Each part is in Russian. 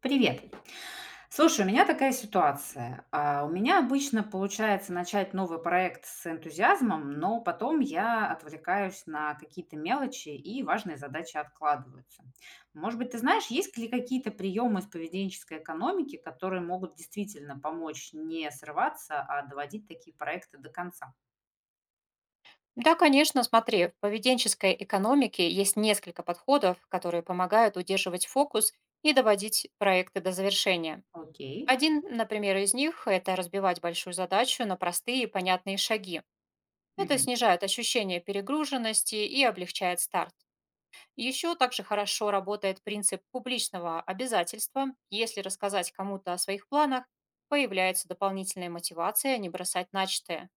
Привет. Слушай, у меня такая ситуация. У меня обычно получается начать новый проект с энтузиазмом, но потом я отвлекаюсь на какие-то мелочи и важные задачи откладываются. Может быть, ты знаешь, есть ли какие-то приемы из поведенческой экономики, которые могут действительно помочь не срываться, а доводить такие проекты до конца? Да, конечно, смотри, в поведенческой экономике есть несколько подходов, которые помогают удерживать фокус и доводить проекты до завершения. Окей. Один, например, из них– это разбивать большую задачу на простые и понятные шаги. Это Мгм. снижает ощущение перегруженности и облегчает старт. Еще также хорошо работает принцип публичного обязательства. Если рассказать кому-то о своих планах, появляется дополнительная мотивация не бросать начатое.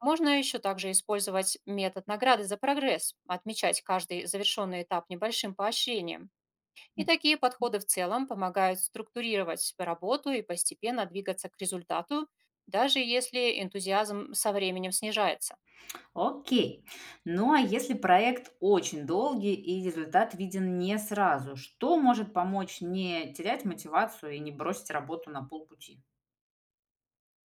Можно еще также использовать метод награды за прогресс, отмечать каждый завершенный этап небольшим поощрением. И Мгм. такие подходы в целом помогают структурировать работу и постепенно двигаться к результату, даже если энтузиазм со временем снижается. Окей. Ну а если проект очень долгий и результат виден не сразу, что может помочь не терять мотивацию и не бросить работу на полпути?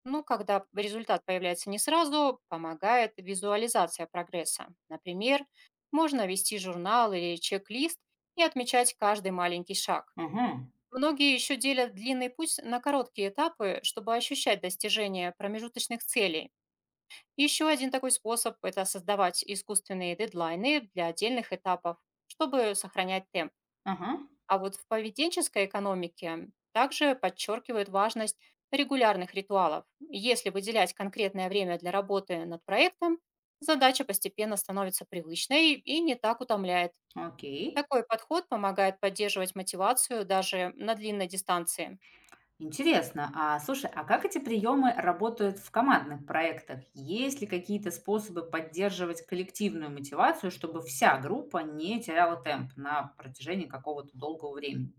Ну, когда результат появляется не сразу, помогает визуализация прогресса. Например, можно вести журнал или чек-лист и отмечать каждый маленький шаг. Мгм. Многие еще делят длинный путь на короткие этапы, чтобы ощущать достижение промежуточных целей. Еще один такой способ– это создавать искусственные дедлайны для отдельных этапов, чтобы сохранять темп. Ага. А вот в поведенческой экономике также подчеркивают важность регулярных ритуалов. Если выделять конкретное время для работы над проектом, задача постепенно становится привычной и не так утомляет. Окей. Такой подход помогает поддерживать мотивацию даже на длинной дистанции. Интересно. А слушай, а как эти приемы работают в командных проектах? Есть ли какие-то способы поддерживать коллективную мотивацию, чтобы вся группа не теряла темп на протяжении какого-то долгого времени?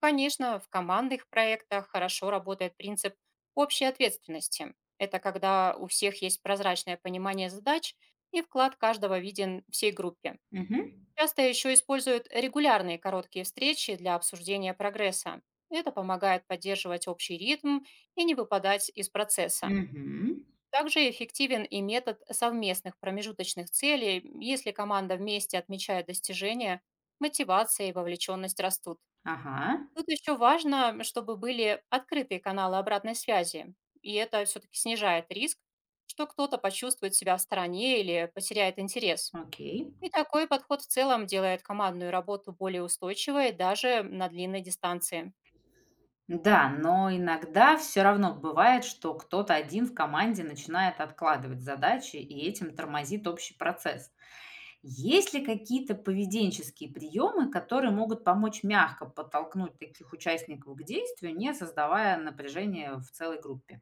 Конечно, в командных проектах хорошо работает принцип общей ответственности. Это когда у всех есть прозрачное понимание задач и вклад каждого виден всей группе. Угу. Часто еще используют регулярные короткие встречи для обсуждения прогресса. Это помогает поддерживать общий ритм и не выпадать из процесса. Угу. Также эффективен и метод совместных промежуточных целей, если команда вместе отмечает достижения, мотивация и вовлеченность растут. Ага. Тут еще важно, чтобы были открытые каналы обратной связи, и это все-таки снижает риск, что кто-то почувствует себя в стороне или потеряет интерес. Окей. И такой подход в целом делает командную работу более устойчивой даже на длинной дистанции. Да, но иногда все равно бывает, что кто-то один в команде начинает откладывать задачи и этим тормозит общий процесс. Есть ли какие-то поведенческие приемы, которые могут помочь мягко подтолкнуть таких участников к действию, не создавая напряжения в целой группе?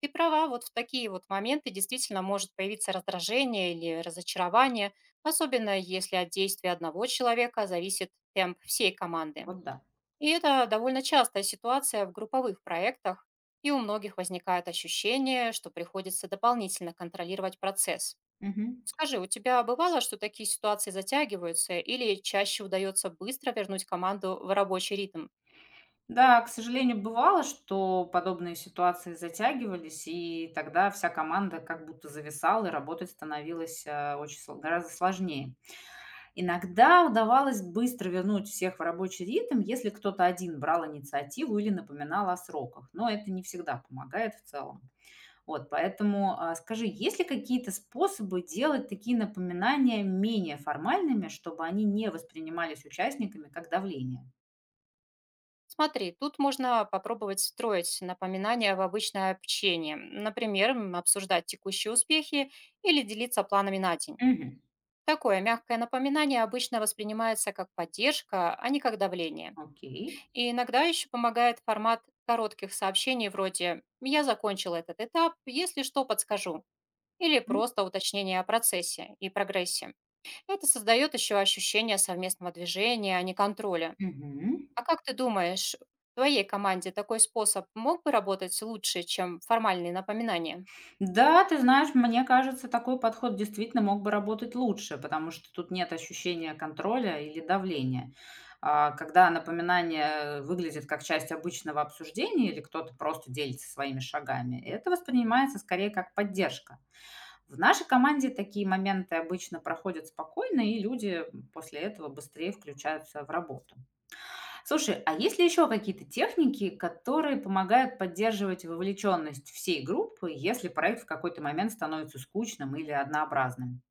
Ты права, вот в такие вот моменты действительно может появиться раздражение или разочарование, особенно если от действия одного человека зависит темп всей команды. Вот да. И это довольно частая ситуация в групповых проектах, и у многих возникает ощущение, что приходится дополнительно контролировать процесс. Мгм. Скажи, у тебя бывало, что такие ситуации затягиваются или чаще удается быстро вернуть команду в рабочий ритм? Да, к сожалению, бывало, что подобные ситуации затягивались, и тогда вся команда как будто зависала, и работать становилось очень гораздо сложнее. Иногда удавалось быстро вернуть всех в рабочий ритм, если кто-то один брал инициативу или напоминал о сроках, но это не всегда помогает в целом. Вот, поэтому скажи, есть ли какие-то способы делать такие напоминания менее формальными, чтобы они не воспринимались участниками как давление? Смотри, тут можно попробовать встроить напоминания в обычное общение, например, обсуждать текущие успехи или делиться планами на день. Мгм. Такое мягкое напоминание обычно воспринимается как поддержка, а не как давление. Окей. И иногда еще помогает формат коротких сообщений вроде «Я закончил этот этап, если что, подскажу» или просто уточнение о процессе и прогрессе. Это создает еще ощущение совместного движения, а не контроля. Мгм. А как ты думаешь, в твоей команде такой способ мог бы работать лучше, чем формальные напоминания? Да, ты знаешь, мне кажется, такой подход действительно мог бы работать лучше, потому что тут нет ощущения контроля или давления. Когда напоминание выглядит как часть обычного обсуждения или кто-то просто делится своими шагами, это воспринимается скорее как поддержка. В нашей команде такие моменты обычно проходят спокойно, и люди после этого быстрее включаются в работу. Слушай, а есть ли еще какие-то техники, которые помогают поддерживать вовлеченность всей группы, если проект в какой-то момент становится скучным или однообразным?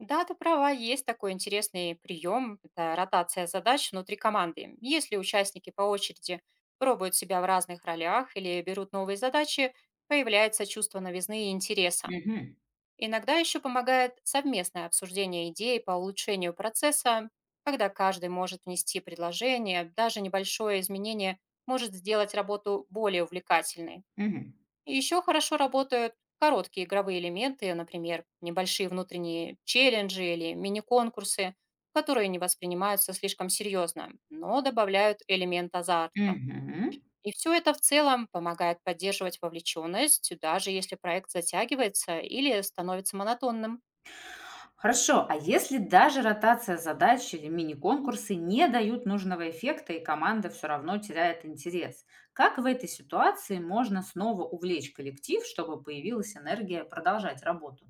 Да, ты права, есть такой интересный прием, это ротация задач внутри команды. Если участники по очереди пробуют себя в разных ролях или берут новые задачи, появляется чувство новизны и интереса. Мгм. Иногда еще помогает совместное обсуждение идей по улучшению процесса, когда каждый может внести предложение, даже небольшое изменение может сделать работу более увлекательной. Мгм. Еще хорошо работают короткие игровые элементы, например, небольшие внутренние челленджи или мини-конкурсы, которые не воспринимаются слишком серьезно, но добавляют элемент азарта. Мгм. И все это в целом помогает поддерживать вовлеченность, даже если проект затягивается или становится монотонным. Хорошо, а если даже ротация задач или мини-конкурсы не дают нужного эффекта и команда все равно теряет интерес, как в этой ситуации можно снова увлечь коллектив, чтобы появилась энергия продолжать работу?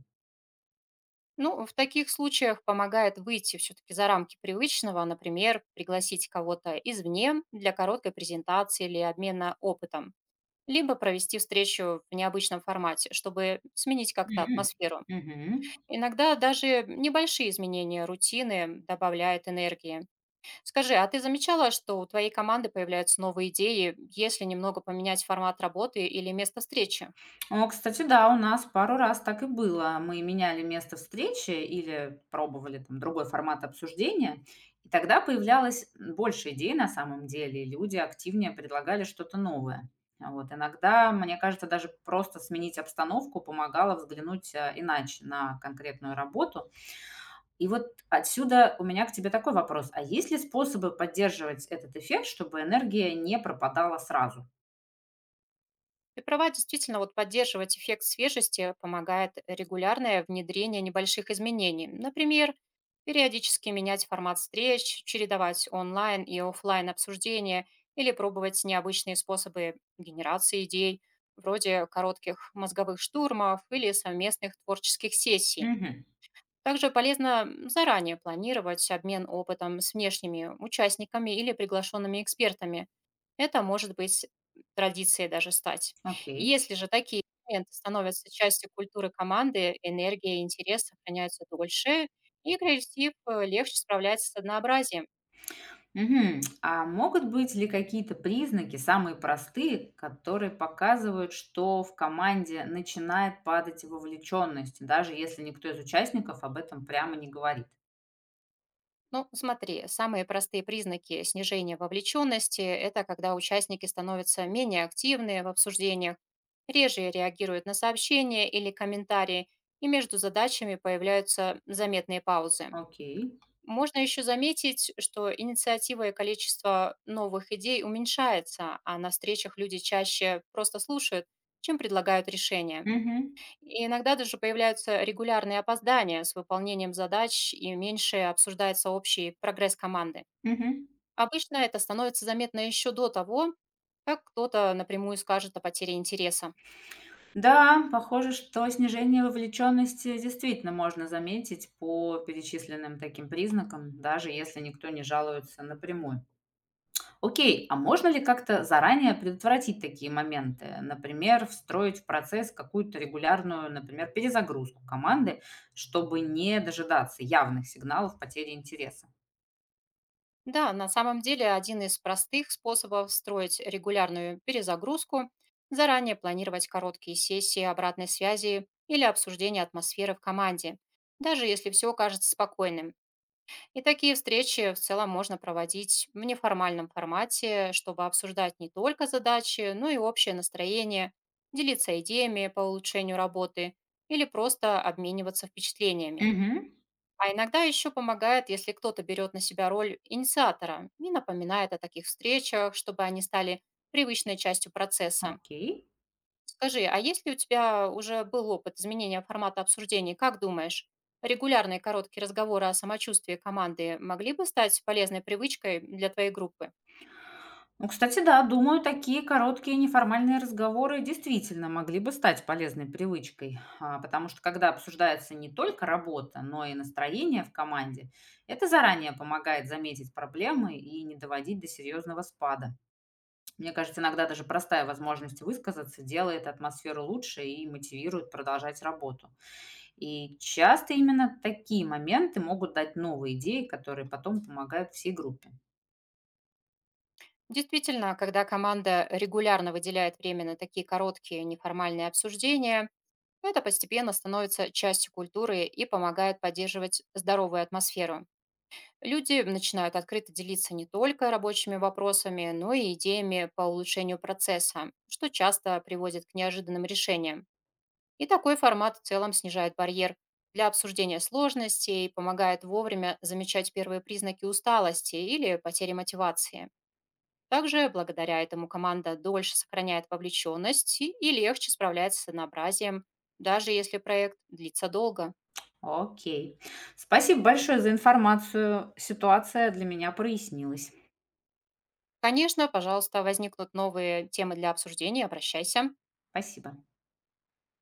Ну, в таких случаях помогает выйти все-таки за рамки привычного, например, пригласить кого-то извне для короткой презентации или обмена опытом, либо провести встречу в необычном формате, чтобы сменить как-то Мгм. атмосферу. Мгм. Иногда даже небольшие изменения рутины добавляют энергии. Скажи, а ты замечала, что у твоей команды появляются новые идеи, если немного поменять формат работы или место встречи? О, кстати, да, у нас пару раз так и было. Мы меняли место встречи или пробовали там другой формат обсуждения, и тогда появлялось больше идей на самом деле, и люди активнее предлагали что-то новое. Вот. Иногда, мне кажется, даже просто сменить обстановку помогало взглянуть иначе на конкретную работу. И вот отсюда у меня к тебе такой вопрос. А есть ли способы поддерживать этот эффект, чтобы энергия не пропадала сразу? Ты права, действительно, вот поддерживать эффект свежести помогает регулярное внедрение небольших изменений. Например, периодически менять формат встреч, чередовать онлайн и оффлайн обсуждения или пробовать необычные способы генерации идей, вроде коротких мозговых штурмов или совместных творческих сессий. Мгм. Также полезно заранее планировать обмен опытом с внешними участниками или приглашенными экспертами, это может быть традицией даже стать. Окей. Если же такие элементы становятся частью культуры команды, энергия и интерес сохраняются дольше, и креатив легче справляется с однообразием. Мгм. А могут быть ли какие-то признаки, самые простые, которые показывают, что в команде начинает падать вовлеченность, даже если никто из участников об этом прямо не говорит? Ну, смотри, самые простые признаки снижения вовлеченности– это когда участники становятся менее активны в обсуждениях, реже реагируют на сообщения или комментарии, и между задачами появляются заметные паузы. Окей. Можно еще заметить, что инициатива и количество новых идей уменьшается, а на встречах люди чаще просто слушают, чем предлагают решения. Мгм. И иногда даже появляются регулярные опоздания с выполнением задач и меньше обсуждается общий прогресс команды. Мгм. Обычно это становится заметно еще до того, как кто-то напрямую скажет о потере интереса. Да, похоже, что снижение вовлеченности действительно можно заметить по перечисленным таким признакам, даже если никто не жалуется напрямую. Окей, а можно ли как-то заранее предотвратить такие моменты? Например, встроить в процесс какую-то регулярную, например, перезагрузку команды, чтобы не дожидаться явных сигналов потери интереса? Да, на самом деле один из простых способов строить регулярную перезагрузку– заранее планировать короткие сессии обратной связи или обсуждение атмосферы в команде, даже если все кажется спокойным. И такие встречи в целом можно проводить в неформальном формате, чтобы обсуждать не только задачи, но и общее настроение, делиться идеями по улучшению работы или просто обмениваться впечатлениями. Мгм. А иногда еще помогает, если кто-то берет на себя роль инициатора и напоминает о таких встречах, чтобы они стали привычной частью процесса. Окей. Скажи, а если у тебя уже был опыт изменения формата обсуждений, как думаешь, регулярные короткие разговоры о самочувствии команды могли бы стать полезной привычкой для твоей группы? Ну, кстати, да, думаю, такие короткие неформальные разговоры действительно могли бы стать полезной привычкой, потому что когда обсуждается не только работа, но и настроение в команде, это заранее помогает заметить проблемы и не доводить до серьезного спада. Мне кажется, иногда даже простая возможность высказаться делает атмосферу лучше и мотивирует продолжать работу. И часто именно такие моменты могут дать новые идеи, которые потом помогают всей группе. Действительно, когда команда регулярно выделяет время на такие короткие неформальные обсуждения, это постепенно становится частью культуры и помогает поддерживать здоровую атмосферу. Люди начинают открыто делиться не только рабочими вопросами, но и идеями по улучшению процесса, что часто приводит к неожиданным решениям. И такой формат в целом снижает барьер для обсуждения сложностей и помогает вовремя замечать первые признаки усталости или потери мотивации. Также благодаря этому команда дольше сохраняет вовлеченность и легче справляется с однообразием, даже если проект длится долго. Окей. Спасибо большое за информацию. Ситуация для меня прояснилась. Конечно, пожалуйста, возникнут новые темы для обсуждения, обращайся. Спасибо.